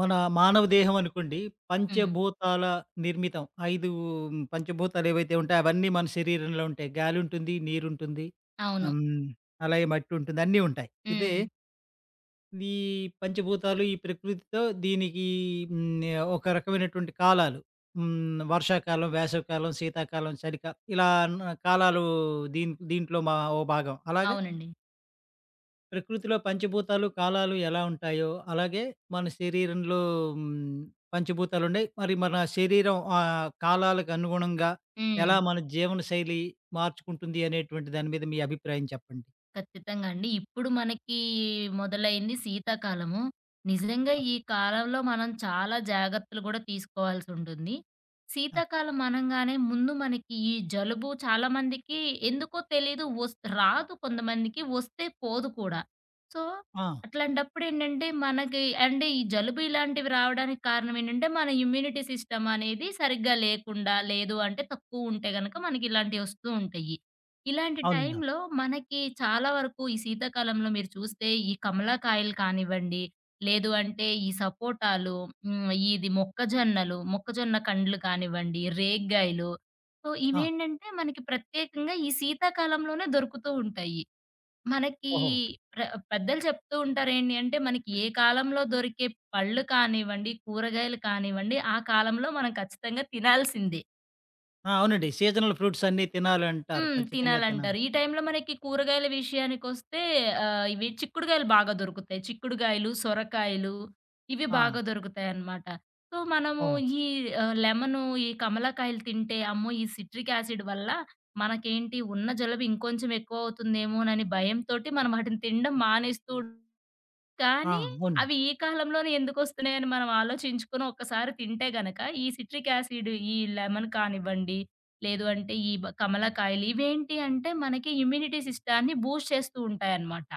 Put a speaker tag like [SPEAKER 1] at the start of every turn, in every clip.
[SPEAKER 1] మన మానవ దేహం అనుకోండి
[SPEAKER 2] హ్మ్.
[SPEAKER 1] పంచభూతాల నిర్మితం. 5 పంచభూతాలు ఏవైతే ఉంటాయో అవన్నీ మన శరీరంలో ఉంటాయి. గాలి ఉంటుంది, నీరు ఉంటుంది,
[SPEAKER 2] అవును.
[SPEAKER 1] హ్మ్, అలాగే మట్టి ఉంటుంది, అన్నీ ఉంటాయి. ఇదే
[SPEAKER 2] హ్మ్.
[SPEAKER 1] ఈ పంచభూతాలు ఈ ప్రకృతితో దీనికి హ్మ్, ఒక రకమైనటువంటి కాలాలు. వర్షాకాలం, వేసవికాలం, శీతాకాలం, చలికాలం ఇలా న్ కాలాలు దీంట్లో మా ఓ భాగం. అలాగా?
[SPEAKER 2] అవునండి.
[SPEAKER 1] ప్రకృతిలో పంచభూతాలు, కాలాలు ఎలా ఉంటాయో, అలాగే మన శరీరంలో హ్మ్, పంచభూతాలుండయి. మరి మన శరీరం కాలాలకు అనుగుణంగా
[SPEAKER 2] హ్మ్.
[SPEAKER 1] ఎలా మన జీవనశైలి మార్చుకుంటుంది అనేటువంటి దాని మీద మీ అభిప్రాయం చెప్పండి?
[SPEAKER 2] ఖచ్చితంగా అండి. ఇప్పుడు మనకి మొదలైంది శీతాకాలము. నిజంగా
[SPEAKER 1] ఆ!
[SPEAKER 2] ఈ కాలంలో మనం చాలా జాగ్రత్తలు గూడా తీసుకోవాల్సుంటుంది.
[SPEAKER 1] ఆ!
[SPEAKER 2] శీతాకాలం అనంగానే ముందు మనకి ఈ జలుబు చాలా మందికి ఎందుకో తెలీదు రాదు కొంతమందికి, వస్తే పోదు కూడా. సో,
[SPEAKER 1] ఆ!
[SPEAKER 2] అట్లాంటప్పుడేంటంటే మనకి అంటే ఈ జలుబు ఇలాంటివి రావడానికి కారణం ఏంటంటే మన ఇమ్యూనిటీ సిస్టమ్ అనేది సరిగ్గా లేదు అంటే తక్కువుంటే గనక మనకిలాంటివొస్తూ ఉంటాయి. ఇలాంటి
[SPEAKER 1] అవునండి. అవును.
[SPEAKER 2] టైంలో మనకి చాలా వరకు ఈ శీతాకాలంలో మీరు చూస్తే ఈ కమలాకాయలు కానివ్వండి, లేదు అంటే ఈ సపోటాలు, ఇది మొక్కజొన్నలు, మొక్కజొన్న కండ్లు కానివ్వండి, రేగ్గాయలు.
[SPEAKER 1] ఆ!
[SPEAKER 2] ఇవేంటంటే మనకి ప్రత్యేకంగా ఈ శీతాకాలంలోనే దొరుకుతూ ఉంటాయి. మనకి
[SPEAKER 1] ఓహో!
[SPEAKER 2] ప్ర పెద్దలు చెప్తూ ఉంటారేంటి అంటే, మనకి ఏ కాలంలో దొరికే పళ్ళు కానివ్వండి, కూరగాయలు కానివ్వండి, ఆ కాలంలో మనం ఖచ్చితంగా తినాల్సిందే.
[SPEAKER 1] ఆ! అవునండి. సీజనల్ ఫ్రూట్స్ అన్నీ తినాలంటారు. ఖచ్చితంగా
[SPEAKER 2] తినాలంటారు.
[SPEAKER 1] తినాలి.
[SPEAKER 2] ఈ టైంలో మనకి కూరగాయల విషయానికొస్తే ఇవి చిక్కుడుగాయలు బాగా దొరుకుతాయి. చిక్కుడుగాయలు, సొరకాయలు ఇవి
[SPEAKER 1] ఆ!
[SPEAKER 2] బాగా దొరుకుతాయన్నమాట. మనము
[SPEAKER 1] ఓహో!
[SPEAKER 2] ఈ లెమను, ఈ కమలాకాయలు తింటే అమ్మో! ఈ సిట్రిక్ యాసిడ్ వల్ల మనకేంటి ఉన్న జలుబు ఇంకొంచెం ఎక్కువ అవుతుందేమోనని భయంతోటి మనం వాటిని తినడం మానేస్తూ
[SPEAKER 1] ఆ!
[SPEAKER 2] కానీ
[SPEAKER 1] అవునండి.
[SPEAKER 2] అవి ఈ కాలంలోనే ఎందుకొస్తున్నాయని మనం ఆలోచించుకొని ఒక్కసారి తింటే గనక, ఈ సిట్రిక్ యాసిడ్, ఈ లెమన్ కానివ్వండి, లేదు అంటే ఈ కమలకాయలు ఇవేంటి అంటే మనకి ఇమ్యూనిటీ సిస్టాన్ని బూస్ట్ చేస్తూ ఉంటాయన్నమాట.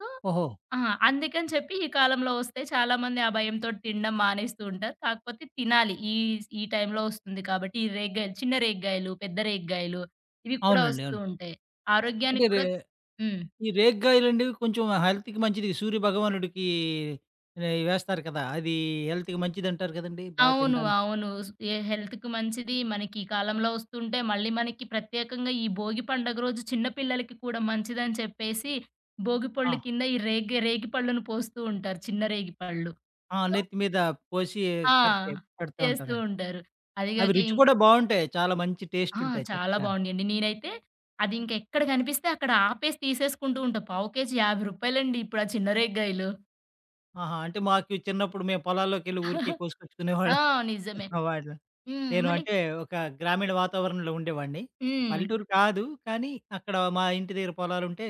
[SPEAKER 2] సో
[SPEAKER 1] ఓహో!
[SPEAKER 2] ఆ! అందుకని చెప్పి ఈ కాలంలో వస్తే చాలామంది ఆ భయంతోటి తినడం మానేస్తూ ఉంటారు. కాకపోతే తినాలి. ఈ ఈ టైంలో వస్తుంది కాబట్టి ఈ రేగ్గాయలు చిన్న రేగ్గాయలు, పెద్ద రేగ్గాయలు ఇవి కూడా
[SPEAKER 1] అవునండి.
[SPEAKER 2] వస్తూ
[SPEAKER 1] అవును.
[SPEAKER 2] ఉంటాయి.
[SPEAKER 1] అంటే
[SPEAKER 2] ఆరోగ్యానికి
[SPEAKER 1] రే
[SPEAKER 2] కూడా హ్మ్.
[SPEAKER 1] ఈ రేగ్గాయలండివి కొంచెం హెల్త్‌కి మంచిది. సూర్య భగవానుడికి వేస్తారు కదా! అది హెల్త్‌కి మంచిదంటారు కదండీ! బాగా
[SPEAKER 2] అవును.
[SPEAKER 1] తినడానికి.
[SPEAKER 2] అవును. స్ ఏ హెల్త్‌కి మంచిది. మనకి ఈ కాలంలో వస్తుంటే, మళ్ళీ మనకి ప్రత్యేకంగా ఈ భోగి పండగ రోజు చిన్న పిల్లలకి కూడా మంచిదని చెప్పేసి, భోగి
[SPEAKER 1] ఆ!
[SPEAKER 2] పళ్ళు కింద ఈ రేగి రేగి పళ్ళును పోస్తూ ఉంటారు. చిన్న రేగి పళ్ళు.
[SPEAKER 1] ఆ!
[SPEAKER 2] సో
[SPEAKER 1] నెత్తి మీద పోసి
[SPEAKER 2] ఆ!
[SPEAKER 1] కరెక్టే పెడతా
[SPEAKER 2] చేస్తూ
[SPEAKER 1] ఉంటారండి.
[SPEAKER 2] ఉంటారు.
[SPEAKER 1] అవి
[SPEAKER 2] అదిగాక
[SPEAKER 1] రుచి కూడా బావుంటాయి. చాలా మంచి
[SPEAKER 2] ఆ!
[SPEAKER 1] టేస్టుంటాయి
[SPEAKER 2] చాలా
[SPEAKER 1] చక్కగాను.
[SPEAKER 2] బావుండేయండి. నేనైతే అది ఇంక ఎక్కడ కనిపిస్తే అక్కడ ఆపేసి తీసేసుకుంటూ ఉంటా. పావు కేజీ రూ. 50 ఇప్పుడు ఆ చిన్న రేగ్గాయలు.
[SPEAKER 1] ఆహా! అంటే మాకు చిన్నప్పుడు మేము పొలాల్లోకెళ్ళి ఊరికే
[SPEAKER 2] ఆ!
[SPEAKER 1] కోసుకొచ్చుకునేవాళ్ళం.
[SPEAKER 2] నిజమే.
[SPEAKER 1] వాటిలో
[SPEAKER 2] హ్మ్.
[SPEAKER 1] నేను
[SPEAKER 2] మని
[SPEAKER 1] అంటే ఒక గ్రామీణ వాతావరణంలో ఉండేవాడిని.
[SPEAKER 2] హ్మ్.
[SPEAKER 1] పల్లెటూరు కాదు. కానీ అక్కడ మా ఇంటి దగ్గర పొలాలుంటే,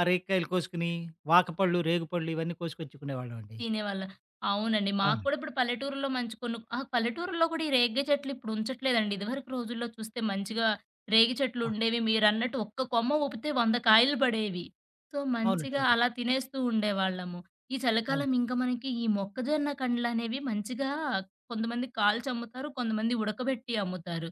[SPEAKER 1] ఆ రేగికాయలు కోసుకొని వాకపళ్ళు, రేగుపళ్ళు ఇవన్నీ కోసుకొచ్చుకునేవాళ్ళమండి.
[SPEAKER 2] తినేవాళ్ళం. అవునండి. మాకు
[SPEAKER 1] అవును.
[SPEAKER 2] కూడా ఇప్పుడు పల్లెటూరులో మంచి కొన్ని పల్లెటూరులో కూడా ఈ రేగే చెట్లు ఇప్పుడు ఉంచట్లేదండి. ఇదివరకు రోజుల్లో చూస్తే మంచిగా రేగి చెట్లు ఉండేవి. మీరన్నట్టు ఒక్క కొమ్మ ఊపితే 100 కాయలు పడేవి. సో,
[SPEAKER 1] అవునండి.
[SPEAKER 2] మంచిగా
[SPEAKER 1] అవునండి.
[SPEAKER 2] అలా తినేస్తూ ఉండేవాళ్ళము. ఈ
[SPEAKER 1] అవును.
[SPEAKER 2] చలికాలం ఇంకా మనకి ఈ మొక్కజొన్న కండ్లనేవి మంచిగా కొంతమంది కాల్చి అమ్ముతారు. కొంతమంది ఉడకబెట్టి అమ్ముతారు.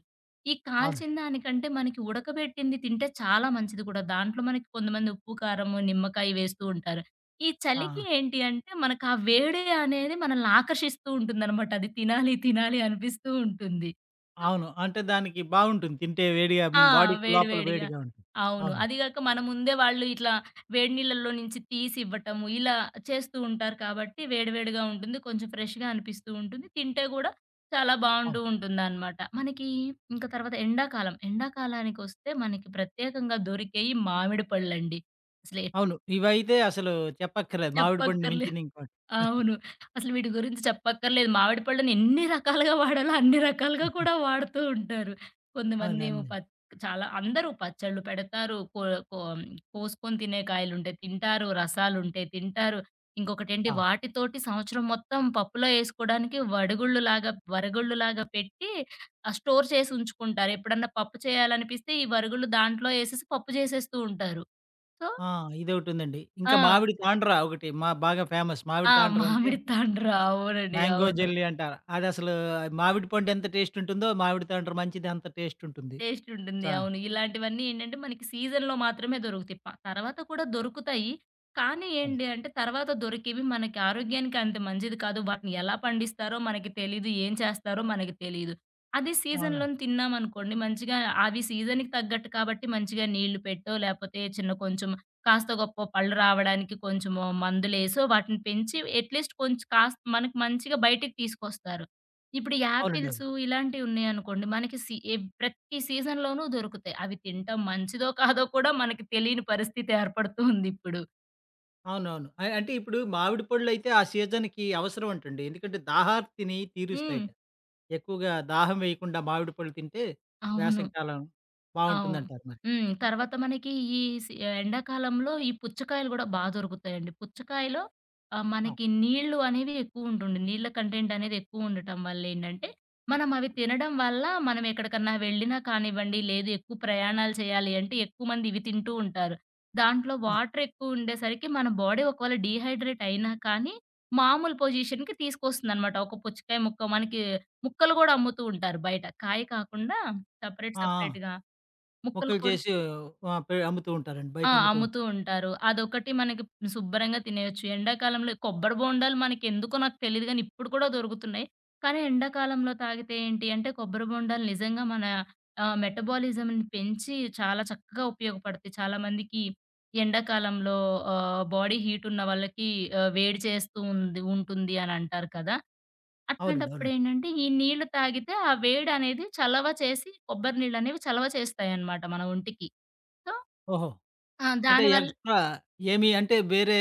[SPEAKER 2] ఈ
[SPEAKER 1] అవునండి.
[SPEAKER 2] కాల్చిన దానికంటే మనకి ఉడకబెట్టింది తింటే చాలా మంచిది కూడా. దాంట్లో మనకి కొంతమంది ఉప్పు, కారము, నిమ్మకాయ వేస్తూ ఉంటారు. ఈ
[SPEAKER 1] ఆ!
[SPEAKER 2] చలికి ఏంటి అంటే, మనకు ఆ వేడి అనేది మనల్ని ఆకర్షిస్తూ ఉంటుందనమాట. అది తినాలి, తినాలి అనిపిస్తూ ఉంటుంది. సో
[SPEAKER 1] అవును. అంటే దానికి బావుంటుంది. తింటే వేడిగా
[SPEAKER 2] ఆ!
[SPEAKER 1] బాడీకి
[SPEAKER 2] వేడి
[SPEAKER 1] లోపల
[SPEAKER 2] వేడిగా.
[SPEAKER 1] వేడిగా ఉంటుంది.
[SPEAKER 2] అవును.
[SPEAKER 1] అవును.
[SPEAKER 2] అది గాక మన ముందే వాళ్ళు ఇట్లా వేడి నీళ్ళల్లో నుంచి తీసి ఇవ్వటము, ఇలా చేస్తూ ఉంటారు కాబట్టి వేడి వేడిగా ఉంటుంది. కొంచెం ఫ్రెష్‌గా అనిపిస్తూ ఉంటుంది. తింటే గూడా చాలా బావుంటూ
[SPEAKER 1] అవును.
[SPEAKER 2] ఉంటుందనమాట. మనకి ఇంకా తర్వాత ఎండాకాలం. ఎండాకాలానికొస్తే మనకి ప్రత్యేకంగా దొరికేయి మామిడి పళ్ళండి. అసలు ఎట్
[SPEAKER 1] అవును. ఇవైతే అసలు చెప్పక్కర్లేదు. మామిడి పండు
[SPEAKER 2] చెప్పక్కర్లే
[SPEAKER 1] మించింది ఇంకోటి.
[SPEAKER 2] అవును. అసలు వీటి గురించి చెప్పక్కర్లేదు. మామిడి పళ్ళని ఎన్ని రకాలుగా వాడాలో అన్ని రకాలుగా కూడా వాడుతూ ఉంటారు. కొంతమందేమో
[SPEAKER 1] అవునండి.
[SPEAKER 2] పచ్ చాలా అందరూ పచ్చళ్ళు పెడతారు. కో కో కోసుకొని తినే కాయలుంటాయి తింటారు. రసాలుంటాయి తింటారు. ఇంకొకటేంటి
[SPEAKER 1] ఆ!
[SPEAKER 2] వాటితోటి సంవత్సరం మొత్తం పప్పులో ఏసుకోడానికి వడుగుళ్ళులాగా, వరగుళ్ళులాగా పెట్టి స్టోర్ చేసి ఉంచుకుంటారు. ఎప్పుడన్నా పప్పు చేయాలనిపిస్తే ఈ వరుగుళ్ళు దాంట్లో ఏసేసి పప్పు చేసేస్తూ ఉంటారు. సో
[SPEAKER 1] ఆ! ఇదొకటుందండి. ఇంకా
[SPEAKER 2] ఆ!
[SPEAKER 1] మామిడి తాండ్రా ఒకటి మా బాగా ఫేమస్. మామిడి
[SPEAKER 2] ఆ!
[SPEAKER 1] తాండ్రా అంటే
[SPEAKER 2] మామిడి తాండ్ర అవునండి.
[SPEAKER 1] మ్యాంగో
[SPEAKER 2] అవును.
[SPEAKER 1] జెల్లీ అంటారు. అదసలు మామిడి పండు ఎంత టేస్ట్ ఉంటుందో, మామిడి తాండ్ర మంచిది అంత టేస్ట్ ఉంటుంది.
[SPEAKER 2] టేస్ట్ ఉంటుంది.
[SPEAKER 1] చా
[SPEAKER 2] అవును. ఇలాంటివన్నీ ఏంటంటే మనకి సీజన్‌లో మాత్రమే దొరుకుతాయి. తర్వాత కూడా దొరుకుతాయి. కానీ
[SPEAKER 1] అవును.
[SPEAKER 2] ఏంటి అంటే తర్వాత దొరికేవి మనకి ఆరోగ్యానికి అంత మంచిది కాదు. వాటిని ఎలా పండిస్తారో మనకి తెలీదు. ఏం చేస్తారో మనకి తెలీదు. అది
[SPEAKER 1] అవును.
[SPEAKER 2] సీజన్‌లోని తిన్నామనుకోండి మంచిగా అవి సీజన్‌కి తగ్గట్టు కాబట్టి మంచిగా నీళ్లు పెట్టో లేపోతే చిన్న కొంచెం కాస్తో గొప్పో పళ్ళు రావడానికి కొంచెము మందులేసో వాటిని పెంచి అట్‌లీస్ట్ కొంచెం కాస్త మనకు మంచిగా బయటికి తీసుకొస్తారు. ఇప్పుడు
[SPEAKER 1] అవునండి.
[SPEAKER 2] యాపిల్స్
[SPEAKER 1] అవును.
[SPEAKER 2] ఇలాంటివున్నాయనుకోండి. మనకి సి ఎ ప్రతి సీజన్‌లోనూ దొరుకుతాయి. అవి తింటాం మంచిదో కాదో కూడా మనకి తెలియని పరిస్థితి ఏర్పడుతూ ఉందిప్పుడు.
[SPEAKER 1] అవునవును. అ అంటే ఇప్పుడు మామిడి పళ్ళైతే ఆ సీజన్‌కి అవసరం అంటండి. ఎందుకంటే దాహార్తిని
[SPEAKER 2] హ్మ్.
[SPEAKER 1] తీరుస్తాయట. ఎక్కువగా దాహం వేయకుండా మామిడి పళ్ళు తింటే
[SPEAKER 2] అవును.
[SPEAKER 1] వేసవి కాలం
[SPEAKER 2] అవును.
[SPEAKER 1] బావుంటుందంటారు మరి.
[SPEAKER 2] హ్మ్.
[SPEAKER 1] ఆ!
[SPEAKER 2] తర్వాత మనకి ఈ సి ఎండాకాలంలో ఈ పుచ్చకాయలు గూడా దొరుకుతాయండి. పుచ్చకాయలో
[SPEAKER 1] ఆ!
[SPEAKER 2] మనకి నీళ్ళు అనేవి ఎక్కువుంటుండే. నీళ్ళ కంటెంట్ అనేది ఎక్కువుండటం వల్లేంటంటే, మనం అవి తినడం వల్ల మనం ఎక్కడికన్నా వెళ్ళినా కానివ్వండి, లేదు ఎక్కువ ప్రయాణాలు చేయాలి అంటే ఎక్కువ మంది ఇవి తింటూ ఉంటారు. దాంట్లో
[SPEAKER 1] ఆ!
[SPEAKER 2] వాటర్ ఎక్కువుండేసరికి మన బాడీ ఒకవేళ డీహైడ్రేట్ అయినా కానీ, మామూలు పొజిషన్‌కి తీసుకొస్తుందనమాట. ఒక పుచ్చకాయ ముక్క మనకి ముక్కలు గూడా అమ్ముతూ ఉంటారు బయట. కాయ కాకుండా సెపరేట్
[SPEAKER 1] ఆ!
[SPEAKER 2] సెపరేట్‌గా. ముక్కలు
[SPEAKER 1] ముక్కలు
[SPEAKER 2] కూడా
[SPEAKER 1] చేసి ఆహ్, పె అమ్ముతూ ఉంటారండి. బయట అమ్ముతూ ఉంటారు.
[SPEAKER 2] అమ్ముతూ ఉంటారు. అదొకటి మనకి శుభ్రంగా తినేయొచ్చు. ఎండాకాలంలో కొబ్బరి బోండాలు మనకెందుకో నాకు తెలీదు గానీ, ఇప్పుడు కూడా దొరుకుతున్నాయి. కానీ ఎండాకాలంలో తాగితే ఏంటి అంటే, కొబ్బరి బోండాలు నిజంగా మన మెటబాలిజంని పెంచి చాలా చక్కగా ఉపయోగపడతాయి. చాలా మందికి ఎండాకాలంలో బాడీ హీట్ ఉన్న వాళ్ళకి వేడి చేస్తూ ఉంటుంది అని అంటారు కదా!
[SPEAKER 1] అవునండి. అవునండి.
[SPEAKER 2] అట్లాంటప్పుడేంటంటే, ఈ నీళ్లు తాగితే ఆ వేడనేది చలవ చేసి కొబ్బరి నీళ్ళనేవి చలవ చేస్తాయన్నమాట మన ఒంటికి. సో
[SPEAKER 1] ఓహో!
[SPEAKER 2] ఆ!
[SPEAKER 1] అంటే
[SPEAKER 2] దానివల్ల
[SPEAKER 1] ఎక్స్‌ట్రా ఏమి అంటే వేరే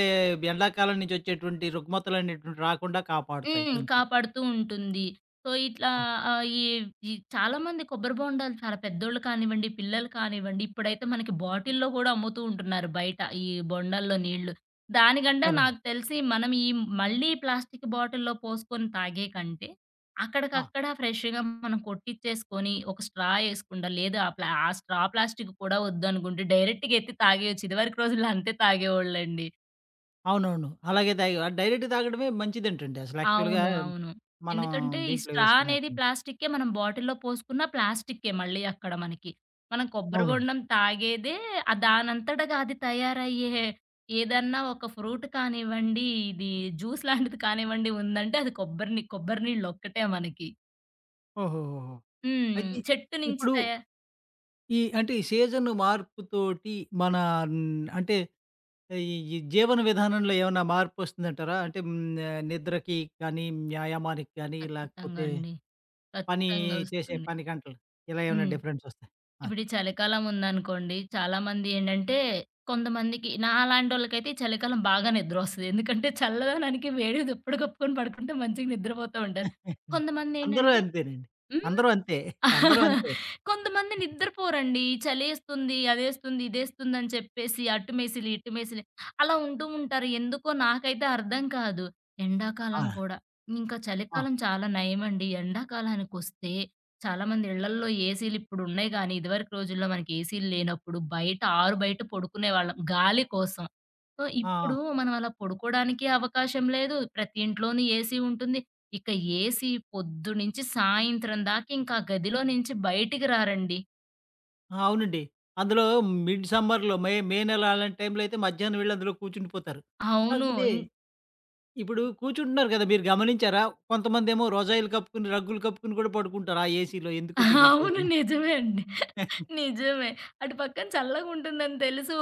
[SPEAKER 1] ఎండాకాలం నుంచి వచ్చేటువంటి రుగ్మతలు అనేటువంటివి రాకుండా కాపాడుతాయి
[SPEAKER 2] హ్మ్.
[SPEAKER 1] కొంచెం.
[SPEAKER 2] కాపాడుతూ ఉంటుంది. సో, ఇట్లా
[SPEAKER 1] అవునండి.
[SPEAKER 2] ఈ ఈ చాలామంది కొబ్బరి బొండాలు చాలా పెద్దోళ్ళు కానివ్వండి, పిల్లలు కానివ్వండి, ఇప్పుడైతే మనకి బాటిల్‌లో గూడా అమ్ముతూ ఉంటున్నారు బయట. ఈ బొండాల్లో నీళ్ళు. దానికంటే
[SPEAKER 1] అవునండి.
[SPEAKER 2] నాకు తెలిసి మనం మళ్ళీ ప్లాస్టిక్ బాటిల్‌లో పోసుకొని తాగే కంటే,
[SPEAKER 1] ఆ!
[SPEAKER 2] అక్కడికక్కడ ఫ్రెష్‌గా మనం కొట్టిచ్చేసుకొని, ఒక స్ట్రా ఏసుకుండా లేదా ఆ ప్లా ఆ స్ట్రా ప్లాస్టిక్ కూడా వద్దనుకుంటే డైరెక్ట్‌గా ఎత్తి తాగేయొచ్చు. ఇదివరకు రోజుల్లో అంతే తాగేవాళ్ళండి.
[SPEAKER 1] అవునవును. అలాగే తాగే ఆ డైరెక్ట్ తాగడమే మంచిదేంటండి అసలు యాక్చువల్‌గా
[SPEAKER 2] అవును. అవును.
[SPEAKER 1] మనం
[SPEAKER 2] ఎందుకంటే ఈ
[SPEAKER 1] దీంట్లో
[SPEAKER 2] స్ట్రా
[SPEAKER 1] వేసుకున్నాక.
[SPEAKER 2] అనేది ప్లాస్టిక్కే. మనం బాటిల్‌లో పోసుకున్న ప్లాస్టిక్కే మళ్ళీ అక్కడ మనకి. మనం కొబ్బరి
[SPEAKER 1] అవును.
[SPEAKER 2] బొండం తాగేదే దానంతటగా అది తయారయ్యే ఏదన్నా ఒక ఫ్రూట్ కానివ్వండి, ఇది జ్యూస్ లాంటిది కానివ్వండి ఉందంటే అది కొబ్బరి నీళ్ళు ఒక్కటే మనకి.
[SPEAKER 1] ఓహోహోహో!
[SPEAKER 2] హ్మ్.
[SPEAKER 1] అయితే
[SPEAKER 2] చెట్టు నుంచి
[SPEAKER 1] ఇప్పుడు
[SPEAKER 2] తయా
[SPEAKER 1] ఈ అంటే ఈ సీజన్ మార్పుతోటి మన అంటే ఈ ఈ జీవన విధానంలో ఏమన్నా మార్పొస్తుందంటారా? నిద్రకి కానీ, వ్యాయామానికి కానీ
[SPEAKER 2] ఖచ్చితంగా
[SPEAKER 1] లేకపోతే
[SPEAKER 2] అండి.
[SPEAKER 1] పని
[SPEAKER 2] ఖచ్చితంగా
[SPEAKER 1] చేసే
[SPEAKER 2] వస్తుంది.
[SPEAKER 1] పని గంటలు ఇలా ఏమైనా
[SPEAKER 2] హ్మ్.
[SPEAKER 1] డిఫరెన్స్ వస్తాయి? ఆ!
[SPEAKER 2] ఇప్పుడు ఈ చలికాలం ఉందనుకోండి, చాలామంది ఏంటంటే కొంతమందికి నాలాంటోళ్ళకైతే ఈ చలికాలం బాగా నిద్రొస్తది. ఎందుకంటే చల్లదనానికి వేడిగా దుప్పటి కప్పుకొని పడుకుంటే మంచిగా నిద్రపోతూ ఉంటారు.
[SPEAKER 1] అందరూ
[SPEAKER 2] కొంతమందేంటంటే
[SPEAKER 1] అంతేనండి.
[SPEAKER 2] హ్మ్.
[SPEAKER 1] అందరూ అంతే. అందరూ అంతే.
[SPEAKER 2] కొంతమంది నిద్రపోరండి. చలేస్తుంది, అదేస్తుంది, ఇదేస్తుంది అని చెప్పేసి అటుమేసిలి, ఇటుమేసిలి అలా ఉంటూ ఉంటారు. ఎందుకో నాకైతే అర్థం కాదు. ఎండాకాలం
[SPEAKER 1] ఆ!
[SPEAKER 2] కూడా. ఇంకా
[SPEAKER 1] ఆ!
[SPEAKER 2] చలికాలం చాలా నయమండి. ఎండాకాలానికొస్తే చాలామంది ఇళ్లల్లో ఏసీలు ఇప్పుడున్నాయి గానీ, ఇదివరకు రోజుల్లో మనకి ఏసీలు లేనప్పుడు బయట ఆరు బయట పడుకునేవాళ్ళం గాలి కోసం. సో,
[SPEAKER 1] ఆ!
[SPEAKER 2] ఇప్పుడు మనం అలా పడుకోడానికి అవకాశం లేదు. ప్రతి ఇంట్లోనూ ఏసీ ఉంటుంది. ఇక ఏసీ పొద్దునుంచి సాయంత్రం దాకా ఇంకా ఆ గదిలో నుంచి బయటికి రారండి.
[SPEAKER 1] ఆ! అవునండి. అందులో మిడ్ సమ్మర్‌లో మే మే నెల అలాంటి టైంలో అయితే మధ్యాహ్నం వెళ్లి అందులో కూర్చుండిపోతారు.
[SPEAKER 2] అవును.
[SPEAKER 1] కాకపోతే ఇప్పుడు కూర్చుంటున్నారు కదా! మీరు గమనించారా? కొంతమందేమో రజాయిలు కప్పుకుని, రగ్గులు కప్పుకుని కూడా పడుకుంటారు. ఆ ఏసీలో ఎందుకో
[SPEAKER 2] అవును.
[SPEAKER 1] తెలియట్లేదిగ.
[SPEAKER 2] నిజమే అండి. నిజమే. అటు పక్కన చల్లగుంటుందని తెలుసు.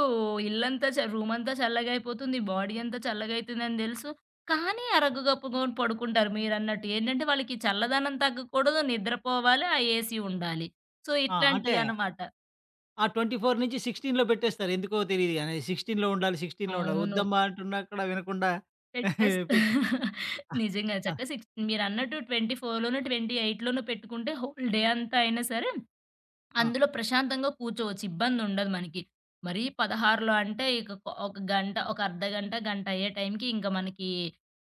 [SPEAKER 2] ఇల్లంతా చ రూమంతా చల్లగయిపోతుంది. బాడీ అంతా చల్లగయితుందని తెలుసు. కానీ అరగకప్పుకొని పడుకుంటారు మీరన్నట్టు. ఏంటంటే వాళ్ళకి చల్లదనం తగ్గకూడదు, నిద్రపోవాలి, ఆ ఏసీ ఉండాలి. సో,
[SPEAKER 1] ఆ! అంటే
[SPEAKER 2] ఇట్లాంటియనమాట.
[SPEAKER 1] ఆ 24 నుంచి 16లో పెట్టేస్తారు. ఎందుకో తెలీదు గాని 16లో ఉండాలి, 16లో ఉండాలి.
[SPEAKER 2] అవును.
[SPEAKER 1] వద్దమ్మా అంటున్నా కూడా వినకుండా
[SPEAKER 2] పెట్టేస్తా.
[SPEAKER 1] పెట్టి ఆ!
[SPEAKER 2] నిజంగా
[SPEAKER 1] ఆ!
[SPEAKER 2] చక్కగా సిక్స్ మీరన్నట్టు 24 28 పెట్టుకుంటే హోల్ డే అంతా అయినా సరే,
[SPEAKER 1] ఆ!
[SPEAKER 2] అందులో ప్రశాంతంగా కూర్చోవచ్చు. ఇబ్బందుండదు మనకి. మరీ 16లో అంటే ఇక ఒక ఒక గంట, ఒక అర్ధగంట, గంట గంట అయ్యే టైంకి ఇంక మనకి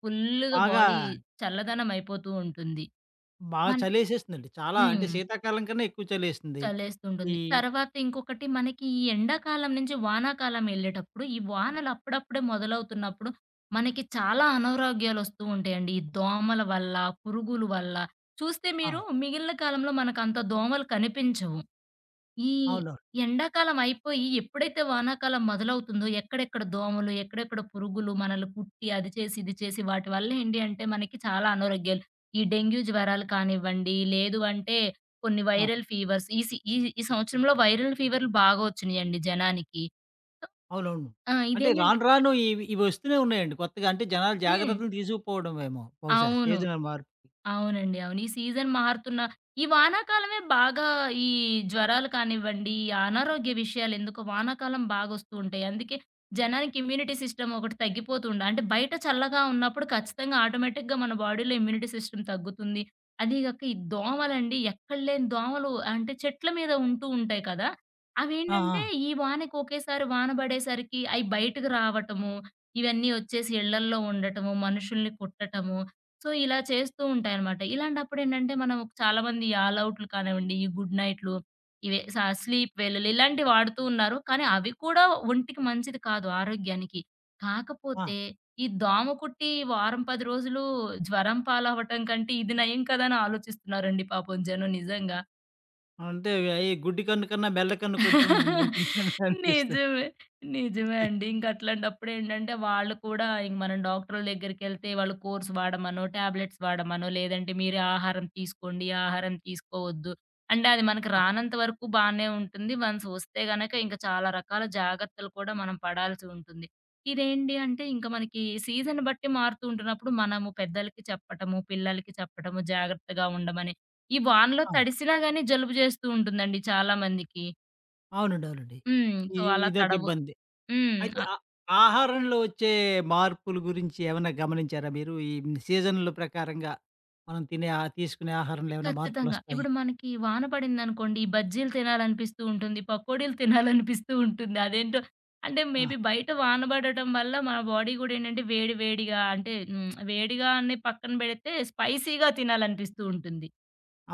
[SPEAKER 2] ఫుల్లుగా
[SPEAKER 1] బాగా,
[SPEAKER 2] బాడీ చల్లదనం అయిపోతూ ఉంటుంది.
[SPEAKER 1] బాగా
[SPEAKER 2] మన్
[SPEAKER 1] చలేసేస్తుందండి. చాలా అంటే
[SPEAKER 2] హ్మ్.
[SPEAKER 1] శీతాకాలం కన్నా ఎక్కువ చలేస్తుంది.
[SPEAKER 2] చలేస్తుంటుంది.
[SPEAKER 1] ఈ
[SPEAKER 2] తర్వాత ఇంకొకటి మనకి ఈ ఎండాకాలం నుంచి వానాకాలం ఎళ్ళేటప్పుడు, ఈ వానలు అప్పుడప్పుడే మొదలవుతున్నప్పుడు మనకి చాలా అనారోగ్యాలొస్తూ ఉంటాయండి. ఈ దోమల వల్ల, పురుగుల వల్ల. చూస్తే
[SPEAKER 1] ఆ!
[SPEAKER 2] మీరు మిగిలిన కాలంలో మనకంత దోమలు కనిపించవు. ఈ
[SPEAKER 1] అవునవును.
[SPEAKER 2] ఎండాకాలం అయిపోయి ఎప్పుడైతే వానాకాలం మొదలవుతుందో ఎక్కడెక్కడ దోమలు, ఎక్కడెక్కడ పురుగులు మనల్ని కుట్టి అది చేసి, ఇది చేసి వాటి వల్ల ఏంటి అంటే మనకి చాలా అనారోగ్యాలు. ఈ డెంగ్యూ జ్వరాలు కానివ్వండి, లేదు అంటే కొన్ని
[SPEAKER 1] ఆ!
[SPEAKER 2] వైరల్ ఫీవర్స్ ఈ సి ఈ ఈ సంవత్సరంలో వైరల్ ఫీవర్‌లు బాగా వచ్చినియండి జనానికి.
[SPEAKER 1] అవునవును.
[SPEAKER 2] ఆ!
[SPEAKER 1] అంటే రాను రాను ఇవొస్తూనే ఉన్నాయండి కొత్తగా. అంటే జనాలు
[SPEAKER 2] హ్మ్.
[SPEAKER 1] జాగ్రత్తలు తీసుకుపోవడమేమో బహుశా
[SPEAKER 2] అవును.
[SPEAKER 1] సీజనల్ మార్పుకి.
[SPEAKER 2] అవునండి. అవును. ఈ సీజన్ మారుతున్న ఈ వానాకాలమే బాగా ఈ జ్వరాలు కానివ్వండి, ఈ అనారోగ్య విషయాలు ఎందుకో వానాకాలం బాగొస్తూ ఉంటాయి. అందుకే జనానికి ఇమ్యూనిటీ సిస్టమ్ ఒకటి తగ్గిపోతుండ అంటే బయట చల్లగా ఉన్నప్పుడు ఖచ్చితంగా ఆటోమేటిక్‌గా మన బాడీలో ఇమ్యూనిటీ సిస్టమ్ తగ్గుతుంది. అదీగాక ఈ దోమలండి ఎక్కడ లేని దోమలు అంటే చెట్ల మీద ఉంటూ ఉంటాయి కదా!
[SPEAKER 1] ఆ! ఆ!
[SPEAKER 2] అవేంటంటే ఈ వానకి ఒకేసారి వాన పడేసరికి అయి బయటకు రావటము, ఇవన్నీ ఒచ్చేసి ఇళ్లల్లో ఉండటము, మనుషుల్ని కుట్టటము సో, ఇలా చేస్తూ ఉంటాయనమాట. ఇలాంటప్పుడేంటంటే, మనం చాలామంది ఈ ఆల్ ఔట్లు కానివ్వండి, ఈ గుడ్ నైట్‌లు, ఇవే స్లీప్ వెల్లులు ఇలాంటివి వాడుతూ ఉన్నారు. కానీ అవి కూడా ఒంటికి మంచిది కాదు ఆరోగ్యానికి.
[SPEAKER 1] ఆ!
[SPEAKER 2] కాకపోతే ఈ దోమ కుట్టి వారం, 10 రోజులు జ్వరం పాలవ్వటం కంటే ఇది నయం కదా! అని ఆలోచిస్తున్నారండి పాపం జనం నిజంగా.
[SPEAKER 1] అంటే అయి గుడ్డి కన్ను కన్నా మెల్ల కన్ను కొంచెం మంచిదని అనిపిస్తు
[SPEAKER 2] నిజమే. నిజమే అండి. ఇంక అట్లాంటప్పుడు ఏంటంటే వాళ్ళు కూడా ఇంక మనం డాక్టర్‌ల దగ్గరికెళ్తే వాళ్ళు కోర్స్ వాడమనో, టాబ్లెట్స్ వాడమనో, లేదంటే మీరే ఆహారం తీసుకోండి, ఆహారం తీసుకోవద్దు. అంటే అది మనకు
[SPEAKER 1] ఆ!
[SPEAKER 2] రానంత వరకు బానే ఉంటుంది. వన్స్ వస్తే గనక ఇంక చాలా రకాల జాగ్రత్తలు కూడా మనం పడాల్సి ఉంటుంది. ఇదేంటి అంటే ఇంక మనకి సీజన్ బట్టి మారుతూ ఉంటున్నప్పుడు మనము పెద్దలకి చెప్పటము, పిల్లలకి చెప్పటము జాగ్రత్తగా ఉండమని. ఈ వానలో
[SPEAKER 1] అవును.
[SPEAKER 2] తడిసినా గాని జలుబు జేస్తూ ఉంటుందండి చాలా మందికి.
[SPEAKER 1] అవునండి. అవునండి.
[SPEAKER 2] హ్మ్. సో,
[SPEAKER 1] ఇది
[SPEAKER 2] అలా
[SPEAKER 1] ఇదొక
[SPEAKER 2] తడవు.
[SPEAKER 1] ఇబ్బంది.
[SPEAKER 2] హ్మ్.
[SPEAKER 1] అయితే ఆ ఆహారంలో వచ్చే మార్పుల గురించి ఏమైనా గమనించారా మీరు? ఈ సీజన్‌ల ప్రకారంగా మనం తినే ఆ తీసుకునే ఆహారంలో ఏమైనా
[SPEAKER 2] ఖచ్చితంగా.
[SPEAKER 1] మార్పులొస్తాయా?
[SPEAKER 2] ఇప్పుడు మనకి వాన పడిందనుకోండి, బజ్జీలు తినాలనిపిస్తూ ఉంటుంది. పకోడీలు తినాలనిపిస్తూ ఉంటుంది. అదేంటో అంటే
[SPEAKER 1] ఆ!
[SPEAKER 2] మేబీ బయట వాన పడటం వల్ల మన బాడీ గూడా ఏంటంటే వేడి వేడిగా అంటే వేడిగా అని పక్కన పెడితే స్పైసీగా తినాలనిపిస్తూ ఉంటుంది.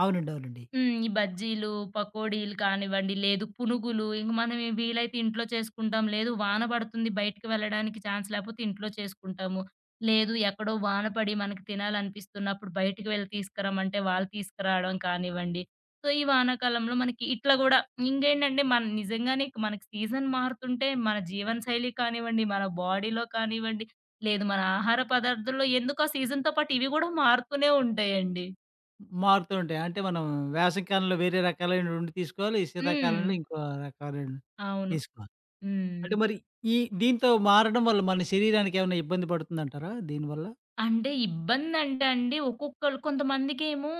[SPEAKER 1] అవునండి. అవునండి.
[SPEAKER 2] హ్మ్. ఈ బజ్జీలు, పకోడీలు కానివ్వండి, లేదు పునుగులు ఇంక మనం ఏ వీలైతే ఇంట్లో చేసుకుంటాం. లేదు వాన పడుతుంది బయటికి వెళ్ళడానికి ఛాన్స్ లేకపోతే ఇంట్లో చేసుకుంటాము. లేదు ఎక్కడో వాన పడి మనకి తినాలనిపిస్తున్నప్పుడు బయటికి వెళ్ళి తీసుకురమ్మంటే వాళ్ళు తీసుకురావడం కానివ్వండి. సో, ఈ వానాకాలంలో మనకి ఇట్లా గూడా ఇంకేంటంటే మన నిజంగానే ఇక మనకి సీజన్ మారుతుంటే మన జీవన శైలి కానివ్వండి, మన బాడీలో కానివ్వండి, లేదు మన ఆహార పదార్థంలో ఎందుకో సీజన్‌తో పాటు ఇవి గూడా మారుతూనే ఉంటాయండి.
[SPEAKER 1] మారుతూ ఉంటాయి. అంటే మనం వేసవి కాలంలో వేరే రకాలైనటువంటి తీసుకోవాలి.
[SPEAKER 2] హ్మ్.
[SPEAKER 1] శీతాకాలంలో ఇంకో రకాలైన
[SPEAKER 2] అవును.
[SPEAKER 1] తీసుకోవాలి.
[SPEAKER 2] హ్మ్.
[SPEAKER 1] అంటే మరి ఈ దీంతో మారడం వల్ల మన శరీరానికి ఏమైనా ఇబ్బంది పడుతుందంటారా దీనివల్ల?
[SPEAKER 2] అంటే ఇబ్బందంటే అండి ఒక్కొక్కళ్ళు కొంతమందికేమో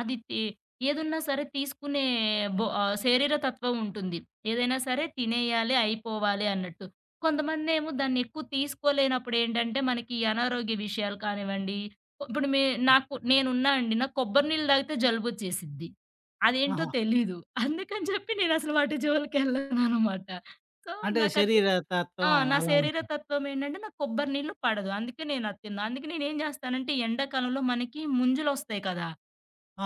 [SPEAKER 2] అది తి ఏదున్నా సరే తీసుకునే శరీర తత్వం ఉంటుంది. ఏదైనా సరే తినేయాలి, అయిపోవాలి అన్నట్టు. కొంతమందేమో దాన్ని ఎక్కువ తీసుకోలేనప్పుడు ఏంటంటే మనకి అనారోగ్య విషయాలు కానివ్వండి, ఇప్పుడు మే
[SPEAKER 1] ఆ!
[SPEAKER 2] నాకు నేనున్నా అండి. నాకు కొబ్బరి నీళ్ళు తాగితే జలుబొచ్చేసిద్ది. అదేంటో
[SPEAKER 1] ఆహా!
[SPEAKER 2] తెలీదు. అందుకని చెప్పి నేనసలు వాటి జోలికెళ్ళననమాట. సో,
[SPEAKER 1] అంటే
[SPEAKER 2] నాకది
[SPEAKER 1] శరీర
[SPEAKER 2] ఆ!
[SPEAKER 1] తత్వం
[SPEAKER 2] నా
[SPEAKER 1] అలా
[SPEAKER 2] శరీర
[SPEAKER 1] ఉంటుంది.
[SPEAKER 2] తత్వం ఏంటంటే నాకు కొబ్బరి నీళ్ళు పడదు. అందుకే నేను అది తినను. అందుకే నేనేం జేస్తానంటే ఈ ఎండాకాలంలో మనకి ముంజులొస్తాయి కదా!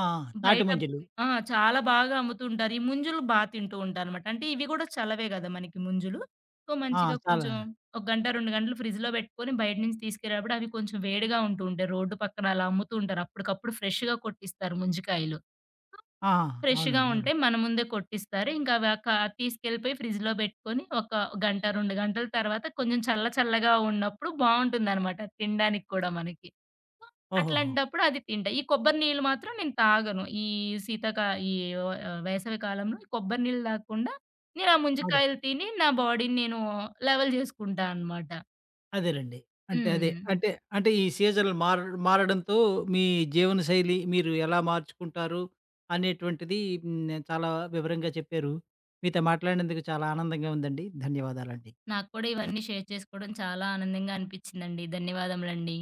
[SPEAKER 1] ఆ! ఆ! తాటి
[SPEAKER 2] బయట
[SPEAKER 1] ముంజలు.
[SPEAKER 2] ఆ! చాలా బాగా అమ్ముతుంటారు. ఈ ముంజులు తింటూ ఉంటానన్నమాట. అంటే ఇవి గూడా చలవే గదా! మనకి ముంజులు. సో,
[SPEAKER 1] ఆ!
[SPEAKER 2] మంచిగా
[SPEAKER 1] చాలా
[SPEAKER 2] కొంచెం ఒక గంట, 2 గంటలు ఫ్రిడ్జ్‌లో బెట్టుకొని బయట నుంచి తీసుకెళ్ళేటప్పుడు అవి కొంచెం వేడిగా ఉంటూ ఉంటాయి. రోడ్డు పక్కన అలా అమ్ముతూ ఉంటారు. అప్పటికప్పుడు ఫ్రెష్‌గా కొట్టిస్తారు ముంజికాయలు.
[SPEAKER 1] ఆహా!
[SPEAKER 2] ఫ్రెష్‌గా
[SPEAKER 1] అవునండి.
[SPEAKER 2] ఉంటే
[SPEAKER 1] అవునండి.
[SPEAKER 2] మన ముందే కొట్టిస్తారు. ఇంకా అవి తీసుకెళ్ళిపోయి ఫ్రిడ్జ్‌లో పెట్టుకొని ఒక గంట, 2 గంటల తర్వాత కొంచెం చల్లగా ఉన్నప్పుడు బావుంటుందనమాట తినడానికి కూడా మనకి. సో,
[SPEAKER 1] ఓహోహో!
[SPEAKER 2] అట్లాంటప్పుడు అది తింటా. ఈ కొబ్బరి నీళ్ళు మాత్రం నేను తాగను. ఈ శీతాకా ఈ వ వేసవి కాలంలో కొబ్బరి నీళ్ళు తాగకుండా నేను ఆ
[SPEAKER 1] అదే.
[SPEAKER 2] ముంజికాయలు తిని నా బాడీని నేను లెవెల్ చేసుకుంటా అనమాట.
[SPEAKER 1] అదేనండి. అంటే అదే.
[SPEAKER 2] హ్మ్.
[SPEAKER 1] అంటే, అంటే ఈ సీజన్‌లు మారడంతో మీ జీవనశైలి మీరు ఎలా మార్చుకుంటారు అనేటువంటిది హ్మ్. చాలా వివరంగా చెప్పారు. మీతో మాట్లాడినందుకు చాలా ఆనందంగా ఉందండి. ధన్యవాదాలండి.
[SPEAKER 2] నాకు కూడా ఇవన్నీ షేర్ చేసుకోవడం చాలా ఆనందంగా అనిపించిందండి. ధన్యవాదములండి.